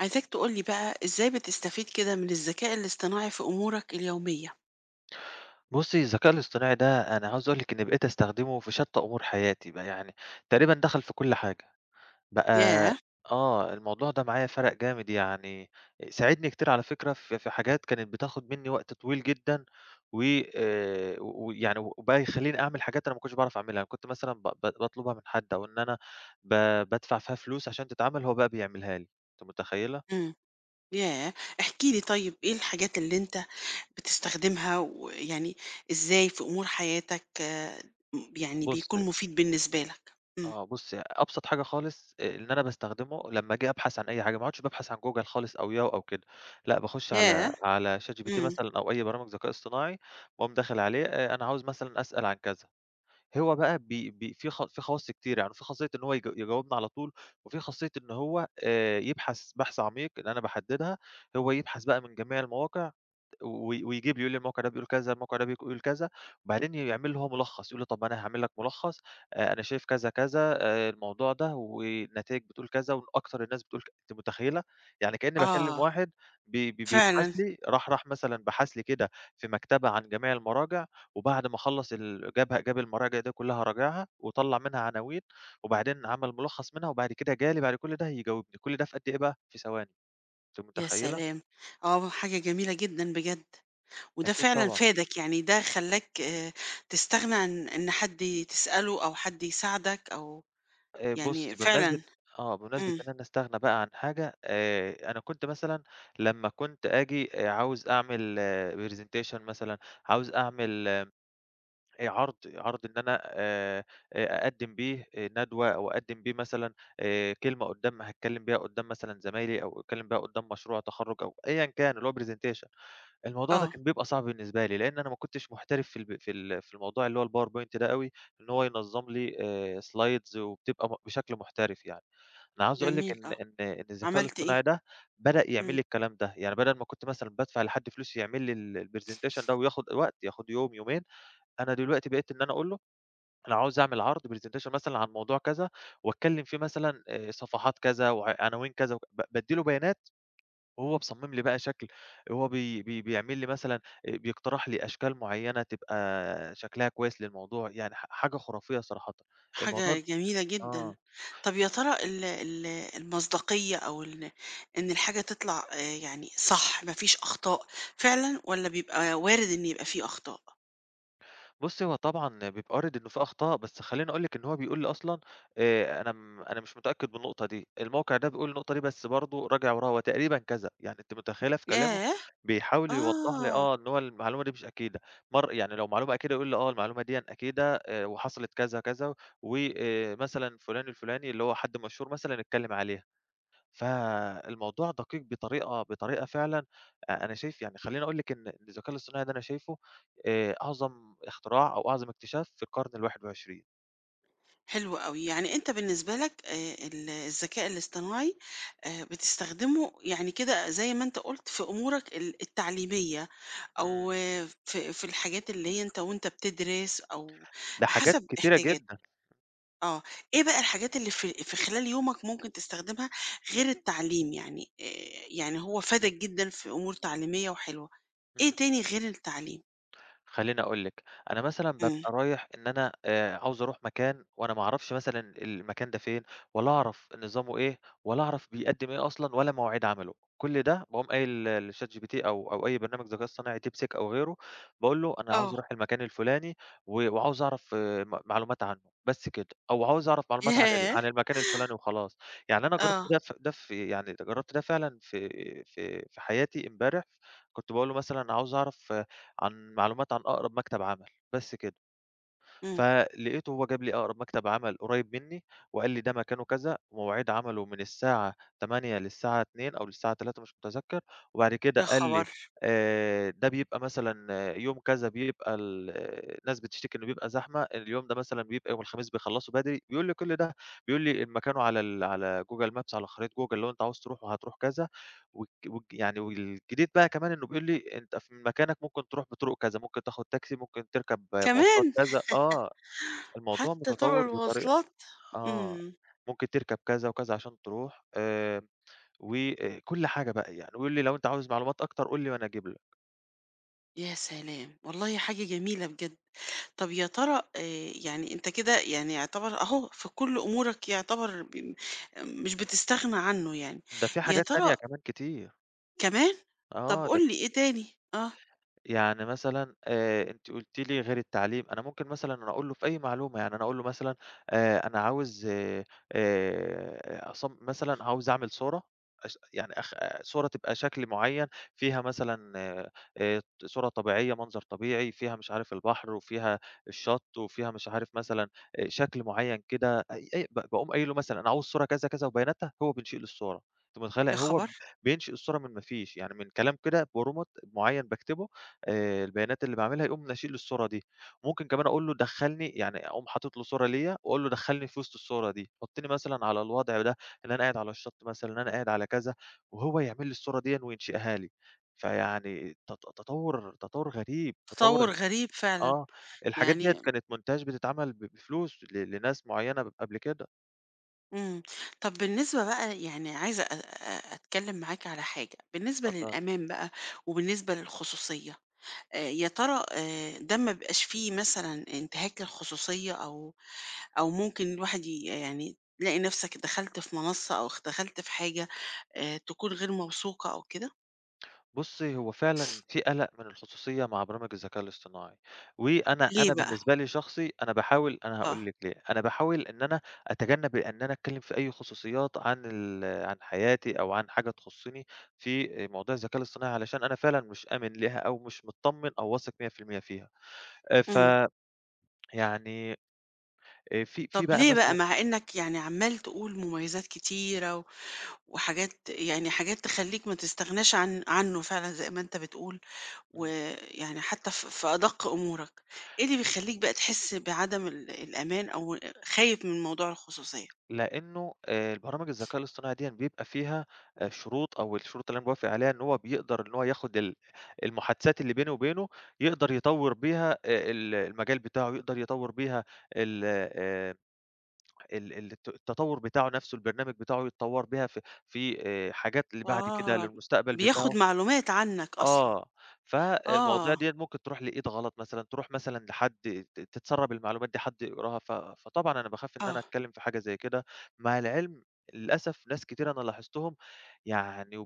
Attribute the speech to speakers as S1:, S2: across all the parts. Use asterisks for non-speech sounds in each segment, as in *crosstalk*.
S1: عايزاك تقول لي بقى إزاي بتستفيد كده من الذكاء الاصطناعي في أمورك اليومية؟
S2: بُصّي، الذكاء الاصطناعي ده أنا عاوز أقول لِك إني بقيت أستخدمه في شتى أمور حياتي بقى، يعني تقريبًا دخل في كل حاجة، بقى
S1: ياه!
S2: آه، الموضوع ده معايا فرَق جامد يعني، ساعدني كتير على فكرة في حاجات كانت بتاخد منّي وقت طويل جدًا، و ويعني وبقى يخلّيني أعمل حاجات أنا ما كنتش باعرف أعملها، كنت مثلًا ب ب باطلبها من حد أو إن أنا ب بادفع فيها فلوس عشان تتعمل، هو بقى بيعملها لي، أنتِ متخيّلة؟
S1: إمم، ياه! احكِ لي طيب إيه الحاجات اللي أنت بتستخدمها ويعني إزاي في أمور حياتك آه، م يعني
S2: بُصّي
S1: بيكون مفيد بالنسبة لك؟ إمم،
S2: آه بُصّي، أبسط حاجة خالص اللي أنا باستخدمه لمّا آجي أبحث عن أي حاجة، ما اقعدش بابحث عن Google خالص أو Yahoo أو كده، لأ باخُش على
S1: ياه!
S2: على ChatGPT
S1: إمم،
S2: مثلًا أو أي برامج ذكاء اصطناعي، واقوم داخل عليه أنا عاوز مثلًا أسأل عن كذا، هو بقى بي بي في في خواص كتير، يعني في خاصية إن هو يجاوبني على طول، وفي خاصية إن هو يبحث بحث عميق اللي أنا باحددها، هو يبحث بقى من جميع المواقع ويجيب لي يقول لي الموقع ده بيقول كذا، الموقع ده بيقول كذا، وبعدين يعمل لي هو ملخص، يقول لي طب ما أنا هاعمل لك ملخص، أنا شايف كذا، كذا، الموضوع ده والنتايج بتقول كذا وأكتر الناس بتقول أنتِ متخيلة؟ يعني كإني باكلم
S1: آه،
S2: واحد بي بي بيبحث
S1: فعلًا،
S2: لي راح راح مثلًا بحث لي كده في مكتبة عن جميع المراجع، وبعد ما خلّص ال جابها جاب المراجع دي كلها راجعها وطلّع منها عناوين، وبعدين عمل ملخص منها، وبعد كده جه لي بعد كل ده يجاوبني، كل ده في قد إيه بقى؟ في ثواني، أنتِ
S1: يا
S2: متخيلة؟
S1: سلام! آه، حاجة جميلة جدًا بجد، وده
S2: أكيد
S1: فعلًا
S2: طبعًا.
S1: فادك، يعني ده خلّاك تستغنى عن إن حد تسأله أو حد يساعدك أو يعني
S2: بُصّي، بمناسبة
S1: فعلًا،
S2: آه، بمناسبة
S1: إمم.
S2: إن أنا أستغنى بقى عن حاجة، أنا كنت مثلًا لمّا كنت آجي عاوز أعمل presentation مثلًا، عاوز أعمل عرض، عرض إن أنا أقدّم بيه ندوة أو أقدّم بيه مثلًا كلمة قدّام هاتكلّم بيها قدّام مثلًا زمايلي أو أتكلّم بيها قدّام مشروع تخرُّج أو أيًا كان اللي هو presentation. الموضوع ده
S1: آه،
S2: كان بيبقى صعب بالنسبة لي، لإن أنا ما كنتش محترف في الب في ال في الموضوع اللي هو الpowerpoint ده أوي، إن هو ينظّم لي slides وبتبقى بشكل محترف يعني. أنا عاوز أقول لِك
S1: جميل.
S2: إن إن إن الذكاء
S1: عملت إيه؟
S2: الاصطناعي ده بدأ يعمل
S1: إمم،
S2: لي الكلام ده، يعني بدل ما كنت مثلًا بادفع لحد فلوس يعمل لي الpresentation ده وياخد وقت، ياخد يوم، يومين، أنا دلوقتي بقيت إن أنا أقول له أنا عاوز أعمل عرض presentation مثلًا عن موضوع كذا وأتكلم فيه مثلًا صفحات كذا وعناوين كذا وك ب بادّي له بيانات وهو مصمم لي بقى شكل، هو بي بي بيعمل لي مثلًا بيقترح لي أشكال معيّنة تبقى شكلها كويس للموضوع، يعني حاجة خرافية صراحةً. الموضوع
S1: حاجة
S2: د
S1: جميلة جدًا.
S2: آه.
S1: طب يا ترى ال المصداقية أو إن الحاجة تطلع يعني صح ما فيش أخطاء فعلًا والّا بيبقى وارد إن يبقى في أخطاء؟
S2: بُصّي، هو طبعًا بيبقى وارد إنه في أخطاء، بس خلّيني أقول لِك إن هو بيقول لي أصلًا أنا مش متأكد من النقطة دي، الموقع ده بيقول النقطة دي بس برضه راجع وراها، هو تقريبًا كذا، يعني أنتِ متخيّلة في كلامه
S1: ياه!
S2: بيحاول يوضّح لي
S1: آه.
S2: آه، إن هو المعلومة دي مش أكيدة، يعني لو معلومة أكيدة يقول لي آه، المعلومة ديًا أكيدة وحصلت كذا، كذا، وآآ مثلًا فلان الفلاني اللي هو حد مشهور مثلًا اتكلم عليها. فالموضوع دقيق بطريقة فعلًا أنا شايف يعني خلّيني أقول لِك إن الذكاء الاصطناعي ده أنا شايفه أعظم اختراع أو أعظم اكتشاف في القرن ال21.
S1: حلو أوي، يعني أنت بالنسبة لك الذكاء الاصطناعي بتستخدمه يعني كده زي ما أنت قُلت في أمورك التعليمية أو
S2: إمم.
S1: في في الحاجات اللي هي أنت وأنت بتدرس أو
S2: لحاجات
S1: حسب
S2: كتيرة
S1: احتياجاتك،
S2: جدًا.
S1: آه، إيه بقى الحاجات اللي في خلال يومك ممكن تستخدمها غير التعليم يعني هو فادك جدًا في أمور تعليمية وحلوة، إيه تاني غير التعليم؟
S2: خلّيني أقول لِك، أنا مثلًا
S1: إمم.
S2: بابقى رايح إن أنا عاوز أروح مكان وأنا ما أعرفش مثلًا المكان ده فين، ولا أعرف نظامه إيه، ولا أعرف بيقدّم إيه أصلًا، ولا مواعيد عمله، كل ده باقوم قايل لChatGPT أو أي برنامج ذكاء اصطناعي DeepSeek أو غيره، باقول له أنا
S1: آه.
S2: عاوز أروح المكان الفلاني وعاوز أعرف آه، معلومات عنه، بس كده، أو عاوز أعرف معلومات عن
S1: ياه!
S2: عن المكان الفلاني وخلاص، يعني أنا جرّبت
S1: آه،
S2: ده ف ده في يعني جرّبت ده فعلًا في حياتي امبارح، كنت باقول له مثلًا عاوز أعرف عن معلومات عن أقرب مكتب عمل، بس كده.
S1: إمم،
S2: فلقيته هو جاب لي أقرب مكتب عمل قريب منّي، وقال لي ده مكانه كذا، ومواعيد عمله من الساعة 08:00 للساعة 14:00 أو للساعة 15:00 مش متذكّر، وبعد كده
S1: يا
S2: قال لي
S1: خبر!
S2: ده بيبقى مثلًا آه، يوم كذا بيبقى آه، الناس بتشتكي إنه بيبقى زحمة، اليوم ده مثلًا بيبقى يوم الخميس بيخلّصوا بدري، بيقول لي كل ده، بيقول لي مكانه على على Google Maps على خريطة Google لو أنت عاوز تروحه هتروح كذا، والج والج يعني والجديد بقى كمان إنه بيقول لي: "أنت من مكانك ممكن تروح بطرق كذا، ممكن تاخد تاكسي، ممكن تركب مواصلات
S1: كمان!
S2: كذا." آه، الموضوع
S1: حتى طرق
S2: متطوّر بطريقة
S1: المواصلات؟
S2: آه،
S1: إمم،
S2: ممكن تركب كذا وكذا عشان تروح، وكل حاجة بقى يعني، ويقول لي: "لو أنت عاوز معلومات أكتر قُل لي وأنا أجيب لك."
S1: يا سلام! والله حاجة جميلة بجد. طب يا ترى يعني أنت كده يعني يعتبر أهو في كل أمورك يعتبر مش بتستغنى عنه يعني.
S2: ده في
S1: يا
S2: حاجات تانية
S1: ترى
S2: كمان كتير،
S1: كمان! طب
S2: آه، ده
S1: قُل لي إيه تاني؟ آه،
S2: يعني مثلًا أنتِ قُلتِ لي غير التعليم، أنا ممكن مثلًا أنا أقول له في أي معلومة، يعني أنا أقول له مثلًا أنا عاوز مثلًا عاوز أعمل صورة يعني آه، صورة تبقى شكل معيّن فيها مثلًا صورة طبيعية، منظر طبيعي، فيها مش عارف البحر وفيها الشط وفيها مش عارف مثلًا شكل معيّن كده، أي أي ب باقوم قايل له مثلًا أنا عاوز صورة كذا، كذا وبياناتها، هو بينشئ لي الصورة، أنتِ
S1: يا
S2: متخيلة هو
S1: خبر!
S2: بينشئ الصورة من ما فيش، يعني من كلام كده prompt معيّن باكتبه البيانات اللي باعملها، يقوم ناشئ لي الصورة دي. ممكن كمان أقول له دخّلني يعني أقوم حاطط له صورة ليّا وأقول له دخّلني في وسط الصورة دي، حُطّني مثلًا على الوضع ده، إن أنا قاعد على الشط مثلًا، إن أنا قاعد على كذا، وهو يعمل لي الصورة ديًّا وينشئها لي. فيعني تطوّر غريب، تطوّر
S1: تطوّر
S2: الح
S1: غريب فعلًا،
S2: آه، الحاجات ديّة
S1: يعني
S2: كانت montage بتتعمل بفلوس لناس معيّنة قبل كده.
S1: إمم. طب بالنسبة بقى يعني عايزة أ أ أتكلم معاك على حاجة، بالنسبة للأمان بقى وبالنسبة للخصوصية. يا ترى ده ما بيبقاش فيه مثلًا انتهاك للخصوصية أو ممكن الواحد يعني تلاقي نَفْسك دخلت في منصة أو دخلت في حاجة تكون غير موثوقة أو كده؟
S2: بُصّي، هو فعلًا في قَلَق من الخصوصية مع برامج الذكاء الاصطناعي، وأنا
S1: ليه
S2: أنا
S1: بقى؟
S2: بالنسبة لي شخصي أنا باحاول أنا
S1: آه،
S2: هاقول لِك ليه، أنا باحاول إن أنا أتجنب إن أنا أتكلّم في أي خصوصيات عن عن حياتي أو عن حاجة تخصّني في موضوع الذكاء الاصطناعي، علشان أنا فعلًا مش آمن ليها أو مش متطمّن أو واثق 100% فيها. ف
S1: إمم.
S2: يعني في في
S1: طَب
S2: بقى
S1: ليه بقى
S2: مثلًا
S1: مع إنّك يعني عمّال تقول مميزات كتيرة وحاجات يعني حاجات تخلّيك ما تستغناش عنّه فعلًا زي ما أنت بتقول،
S2: إمم.
S1: ويعني حتّى في أدق أمورك، إيه اللي بيخلّيك بقى تحس بعدم الأمان أو خايف من موضوع الخصوصية؟
S2: لإنه البرامج الذكاء الاصطناعي ديًّا بيبقى فيها شروط أو الشروط اللي أنا باوافق عليها إن هو بيقدر إن هو ياخد المحادثات اللي بيني وبينه، يقدر يطوّر بيها ال المجال بتاعه، يقدر يطوّر بيها ال ال ال الت التطوّر بتاعه نَفْسه، البرنامج بتاعه يتطوّر بيها في حاجات اللي بعد كده
S1: آه،
S2: للمستقبل
S1: بياخد
S2: بتاعه.
S1: معلومات عنك أصلًا.
S2: آه، فالمواضيع
S1: آه،
S2: ديّة ممكن تروح لإيد غلط مثلًا، تروح مثلًا لحد تتسرب المعلومات دي حد يقراها، فطبعًا أنا باخاف إن أنا
S1: آه،
S2: أتكلم في حاجة زي كده، مع العلم للأسف ناس كتير أنا لاحظتهم يعني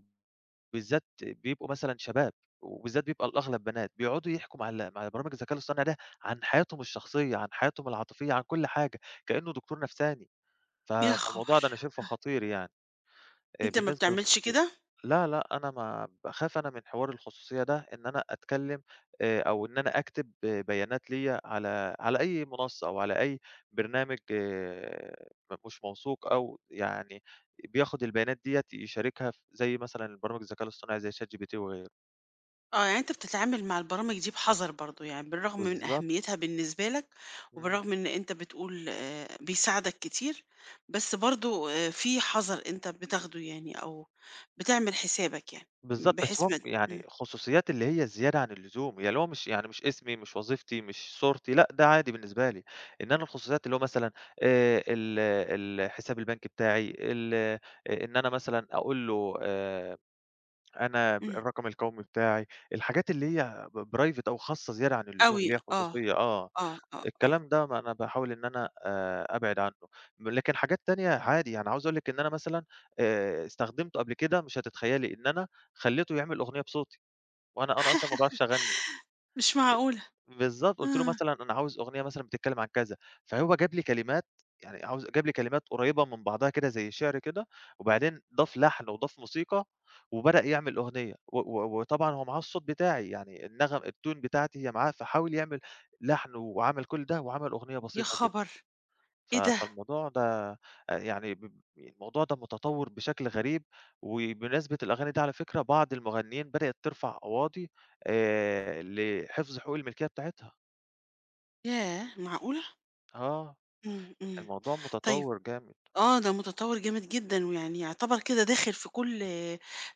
S2: وبالذات بيبقوا مثلًا شباب، وبالذات بيبقى الأغلب بنات، بيقعدوا يحكوا مع مع برامج الذكاء الاصطناعي ده عن حياتهم الشخصية، عن حياتهم العاطفية، عن كل حاجة، كأنه دكتور نفساني،
S1: يا
S2: فالموضوع
S1: خبر!
S2: ده أنا شايفه خطير يعني.
S1: أنت ما
S2: بالنسبة
S1: بتعملش
S2: للخصوصية
S1: كده؟
S2: لا، لأ، أنا ما باخاف أنا من حوار الخصوصية ده إن أنا أتكلّم أو إن أنا أكتب آه، بيانات ليّا على أي منصّة أو على أي برنامج آه، مش موثوق أو يعني بياخُد البيانات ديّة يشاركها زي مثلًا البرامج الذكاء الاصطناعي زي ChatGPT وغيره.
S1: آه، يعني أنت بتتعامل مع البرامج دي بحذر برضه، يعني بالرغم من
S2: بالضبط.
S1: أهميتها بالنسبة لك،
S2: إمم.
S1: وبالرغم إن أنت بتقول بيساعدك كتير، بس برضه في حذر أنت بتاخده يعني أو بتعمل حسابك يعني،
S2: بالضبط، بس
S1: بحيث ما
S2: هو يعني
S1: إمم،
S2: خصوصيات اللي هي الزيادة عن اللزوم، يعني اللي هو مش يعني مش اسمي، مش وظيفتي، مش صورتي، لأ ده عادي بالنسبة لي، إن أنا الخصوصيات اللي هو مثلًا ال الحساب البنكي بتاعي، ال آه، إن أنا مثلًا أقول له أنا
S1: إمم،
S2: الرقم القومي بتاعي، الحاجات اللي هي private أو خاصة زيادة عن اللزوم، اللي
S1: أوي،
S2: هي
S1: آه،
S2: خصوصية، آه.
S1: آه، آه، آه،
S2: الكلام ده ما أنا باحاول إن أنا أبعد عنّه، لكن حاجات تانية عادي، يعني عاوز أقول لِك إن أنا مثلًا استخدمته قبل كده مش هتتخيّلي، إن أنا خلّيته يعمل أغنية بصوتي، وأنا أصلًا ما باعرفش أغنّي،
S1: مش معقولة!
S2: بالضبط، قُلت له
S1: آه،
S2: مثلًا أنا عاوز أغنية مثلًا بتتكلّم عن كذا، فهو جاب لي كلمات يعني جاب لي كلمات قريّبة من بعضها كده زي شِعر كده، وبعدين ضاف لحن وضاف موسيقى، وبدأ يعمل أغنية، و و وطبعًا هو معاه الصوت بتاعي، يعني النغم الtune بتاعتي هي معاه، فحاول يعمل لحن وعمل كل ده وعمل أغنية
S1: يا
S2: بسيطة كده.
S1: خبر! إيه ده!
S2: فالموضوع ده يعني ب الموضوع ده متطوّر بشكل غريب، وبمناسبة الأغاني دي على فكرة بعض المغنيين بدأت ترفع قواضي لحفظ حقوق الملكية بتاعتها.
S1: ياه معقولة!
S2: آه،
S1: إمم، إمم،
S2: الموضوع
S1: طيب
S2: متطوّر جامد.
S1: آه، ده متطوّر جامد جدًا، ويعني يعتبر كده داخل في كل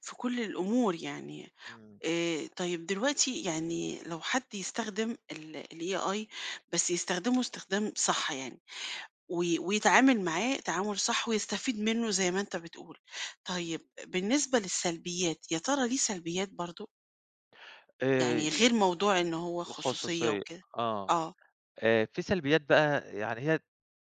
S1: في كل الأمور يعني.
S2: إمم.
S1: طيب دلوقتي يعني لو حد يستخدم الAI بس يستخدمه استخدام صح يعني، ويتعامل معاه تعامل صح ويستفيد منه زي ما أنت بتقول. طيب بالنسبة للسلبيات، يا ترى ليه سلبيات برضه؟
S2: آآ
S1: يعني غير موضوع إن هو خصوصية
S2: الخصوصية،
S1: وكده؟
S2: آه.
S1: آه،
S2: في سلبيات بقى يعني هي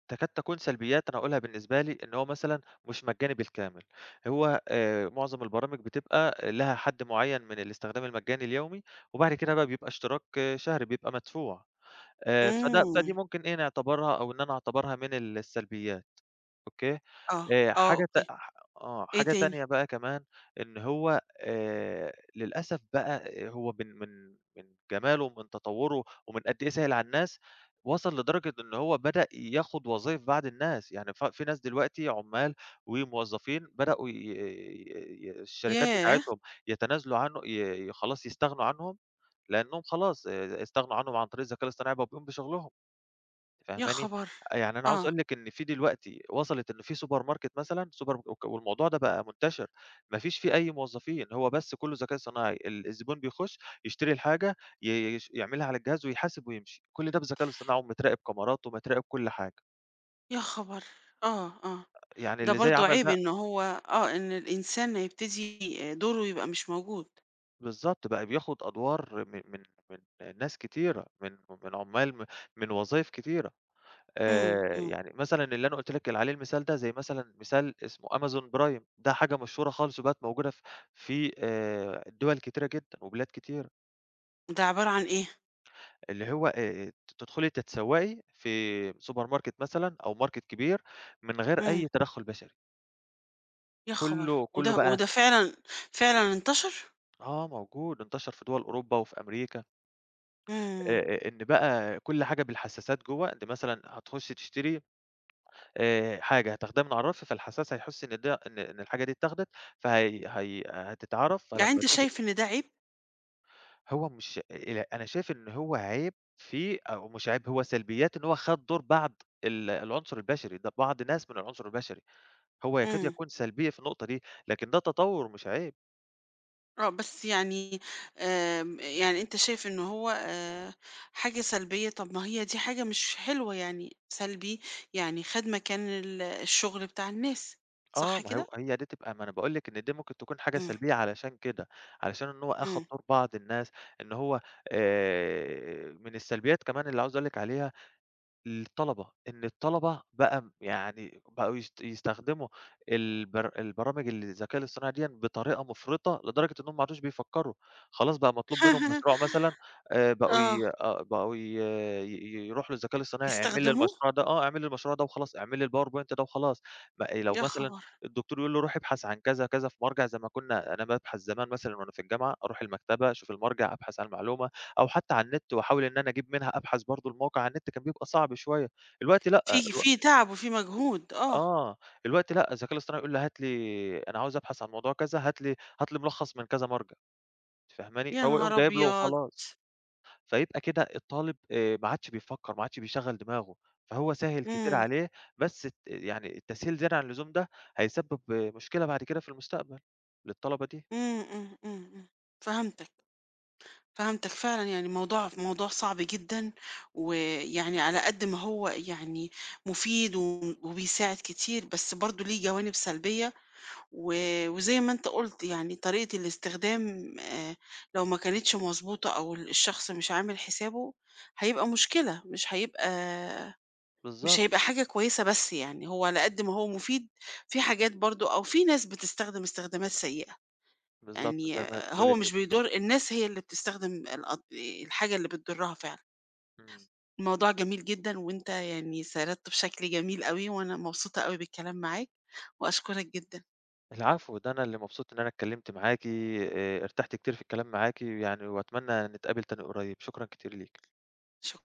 S2: تكاد تكون سلبيات أنا هاقولها بالنسبة لي، إن هو مثلًا مش مجاني بالكامل، هو معظم البرامج بتبقى لها حد معيّن من الاستخدام المجاني اليومي، وبعد كده بقى بيبقى اشتراك آه، شهري بيبقى مدفوع، فدي
S1: إمم،
S2: ممكن إيه نعتبرها أو إن أنا أعتبرها من السلبيات. أوكي،
S1: آه، آه،
S2: حاجة ت
S1: أوكي.
S2: ح آه،
S1: إيه
S2: حاجة
S1: تاني؟
S2: تانية بقى كمان إن هو للأسف بقى هو من جماله ومن تطوّره ومن قد إيه سهل على الناس، وصل لدرجة إن هو بدأ ياخد وظايف بعض الناس، يعني في ناس دلوقتي عُمّال وموظفين بدأوا ي ي الشركات
S1: ياه!
S2: بتاعتهم يتنازلوا عنه خلاص يستغنوا عنهم، لإنهم خلاص استغنوا عنهم عن طريق الذكاء الاصطناعي بقوا بيقوموا بشغلهم. أنتِ
S1: يا
S2: فاهماني؟
S1: خبر!
S2: آه، يعني أنا عاوز
S1: آه.
S2: أقول لِك إن في دلوقتي وصلت إن في سوبر ماركت مثلًا سوبر وك والموضوع ده بقى منتشر، ما فيش فيه أي موظفين، هو بس كلّه ذكاء صناعي، الزبون بيخش يشتري الحاجة ي يش يعملها على الجهاز ويحاسب ويمشي، كل ده بالذكاء الاصطناعي ومتراقب كاميرات ومتراقب كل حاجة،
S1: يا خبر! آه، آه.
S2: يعني
S1: ده
S2: اللي زي
S1: برضه
S2: عمل
S1: عيب
S2: ده
S1: إن هو إن الإنسان يبتدي دوره يبقى مش موجود.
S2: بالضبط، بقى بياخد أدوار من ناس كتيرة، من عُمّال، من وظايف كتيرة.
S1: إمم، إمم.
S2: يعني مثلًا اللي أنا قُلت لِك عليه المثال ده، زي مثلًا مثال اسمه Amazon Prime ده حاجة مشهورة خالص وبقت موجودة في دول كتيرة جدًا وبلاد كتيرة،
S1: ده عبارة عن إيه؟
S2: اللي هو ت تدخلي تتسوقي في سوبر ماركت مثلًا أو ماركت كبير من غير
S1: إمم.
S2: أي تدخُّل بشري،
S1: يا خبر!
S2: كُلّه
S1: وده
S2: بقى
S1: وده فعلًا فعلًا انتشر؟
S2: آه، موجود انتشر في دول أوروبا وفي أمريكا،
S1: إمم.
S2: إن بقى كل حاجة بالحساسات جوّه، أنتِ مثلًا هتخشي تشتري حاجة هتاخدها من على الرف، فالحساس هيحس إن ده إن إن الحاجة دي اتاخدت، فهي هتتعرف،
S1: يعني
S2: فلمّا
S1: أنت
S2: تيجي
S1: شايف إن ده عيب؟
S2: هو مش ال أنا شايف إن هو عيب فيه أو مش عيب، هو سلبيات إن هو خَد دور بعض العنصر البشري، ده بعض ناس من العنصر البشري، هو يكاد
S1: إمم.
S2: يكون سلبية في النقطة دي، لكن ده تطوُّر مش عيب.
S1: آه، بس يعني يعني أنت شايف إن هو حاجة سلبية، طب ما هي دي حاجة مش حلوة يعني سلبي، يعني خَد مكان الشغل بتاع الناس،
S2: آه،
S1: صح
S2: ما
S1: كده؟
S2: هو هي دي تبقى ما أنا باقول لِك إن دي ممكن تكون حاجة
S1: إمم،
S2: سلبية علشان كده، علشان إن هو أخَد
S1: إمم.
S2: دور بعض الناس، إن هو من السلبيات كمان اللي عاوز أقول لِك عليها الطلبة، إن الطلبة بقى يعني بقوا يستخدموا البرامج اللي الذكاء الاصطناعي ديًا بطريقة مُفرطة، لدرجة إنهم ما عادوش بيفكّروا، خلاص بقى مطلوب منهم مشروع
S1: *laughs*
S2: مثلًا
S1: آه.
S2: بقوا ي ي يروحوا للذكاء الاصطناعي اعمل لي
S1: يستخدموه؟
S2: المشروع ده آه، اعمل لي المشروع ده وخلاص، اعمل لي الpowerpoint ده وخلاص، ما إيه، لو
S1: يا
S2: مثلًا
S1: خبر!
S2: الدكتور يقول له روح ابحث عن كذا، كذا في مَرجع زي ما كنّا أنا بابحث زمان مثلًا وأنا في الجامعة، أروح المكتبة أشوف المَرجع أبحث عن المعلومة. أو حتى على النت وأحاول إن أنا أجيب منها أبحث برضه الموقع على النت كان بيبقى صعب شوية، الوقتي لأ،
S1: في
S2: الو
S1: في تعب وفي مجهود، آه،
S2: آه، الوقتي لأ، الذكاء الاصطناعي يقول لي هات لي أنا عاوز أبحث عن موضوع كذا، هات لي ملخص من كذا مرجع، فاهماني؟
S1: يا
S2: فهو يقوم
S1: نهار
S2: جايب له
S1: أبيض!
S2: وخلاص، فيبقى كده الطالب ما عادش بيفكّر، ما عادش بيشغّل دماغه، فهو سهِّل كتير
S1: إمم،
S2: عليه، بس يعني التسهيل زيادة عن اللزوم ده هيسبب آه، مشكلة بعد كده في المستقبل للطلبة دي،
S1: إمم، إمم، إمم، إمم، فهمتك، فهمتك فعلًا يعني موضوع موضوع صعب جدًا، ويعني على قد ما هو يعني مفيد وبيساعد كتير، بس برضه ليه جوانب سلبية، و وزي ما أنت قُلت يعني طريقة الاستخدام لو ما كانتش مضبوطة أو الشخص مش عامل حسابه، هيبقى مشكلة، مش هيبقى مش
S2: بالضبط،
S1: هيبقى حاجة كويسة بس يعني، هو على قد ما هو مفيد، في حاجات برضه أو في ناس بتستخدم استخدامات سيئة،
S2: بالضبط زي
S1: يعني
S2: ما
S1: هو
S2: بتقولي كده،
S1: مش بيضر، الناس هي اللي بتستخدم الحاجة اللي بتضرها فعلًا.
S2: إمم.
S1: الموضوع جميل جدًا، وأنت يعني سردته بشكل جميل أوي، وأنا مبسوطة أوي بالكلام معاك، وأشكرك جدًا،
S2: العفو، ده أنا اللي مبسوط إن أنا اتكلمت معاكِ، ارتحت كتير في الكلام معاكِ يعني وأتمنى نتقابل تاني قريب، شكرًا كتير ليكِ.
S1: شك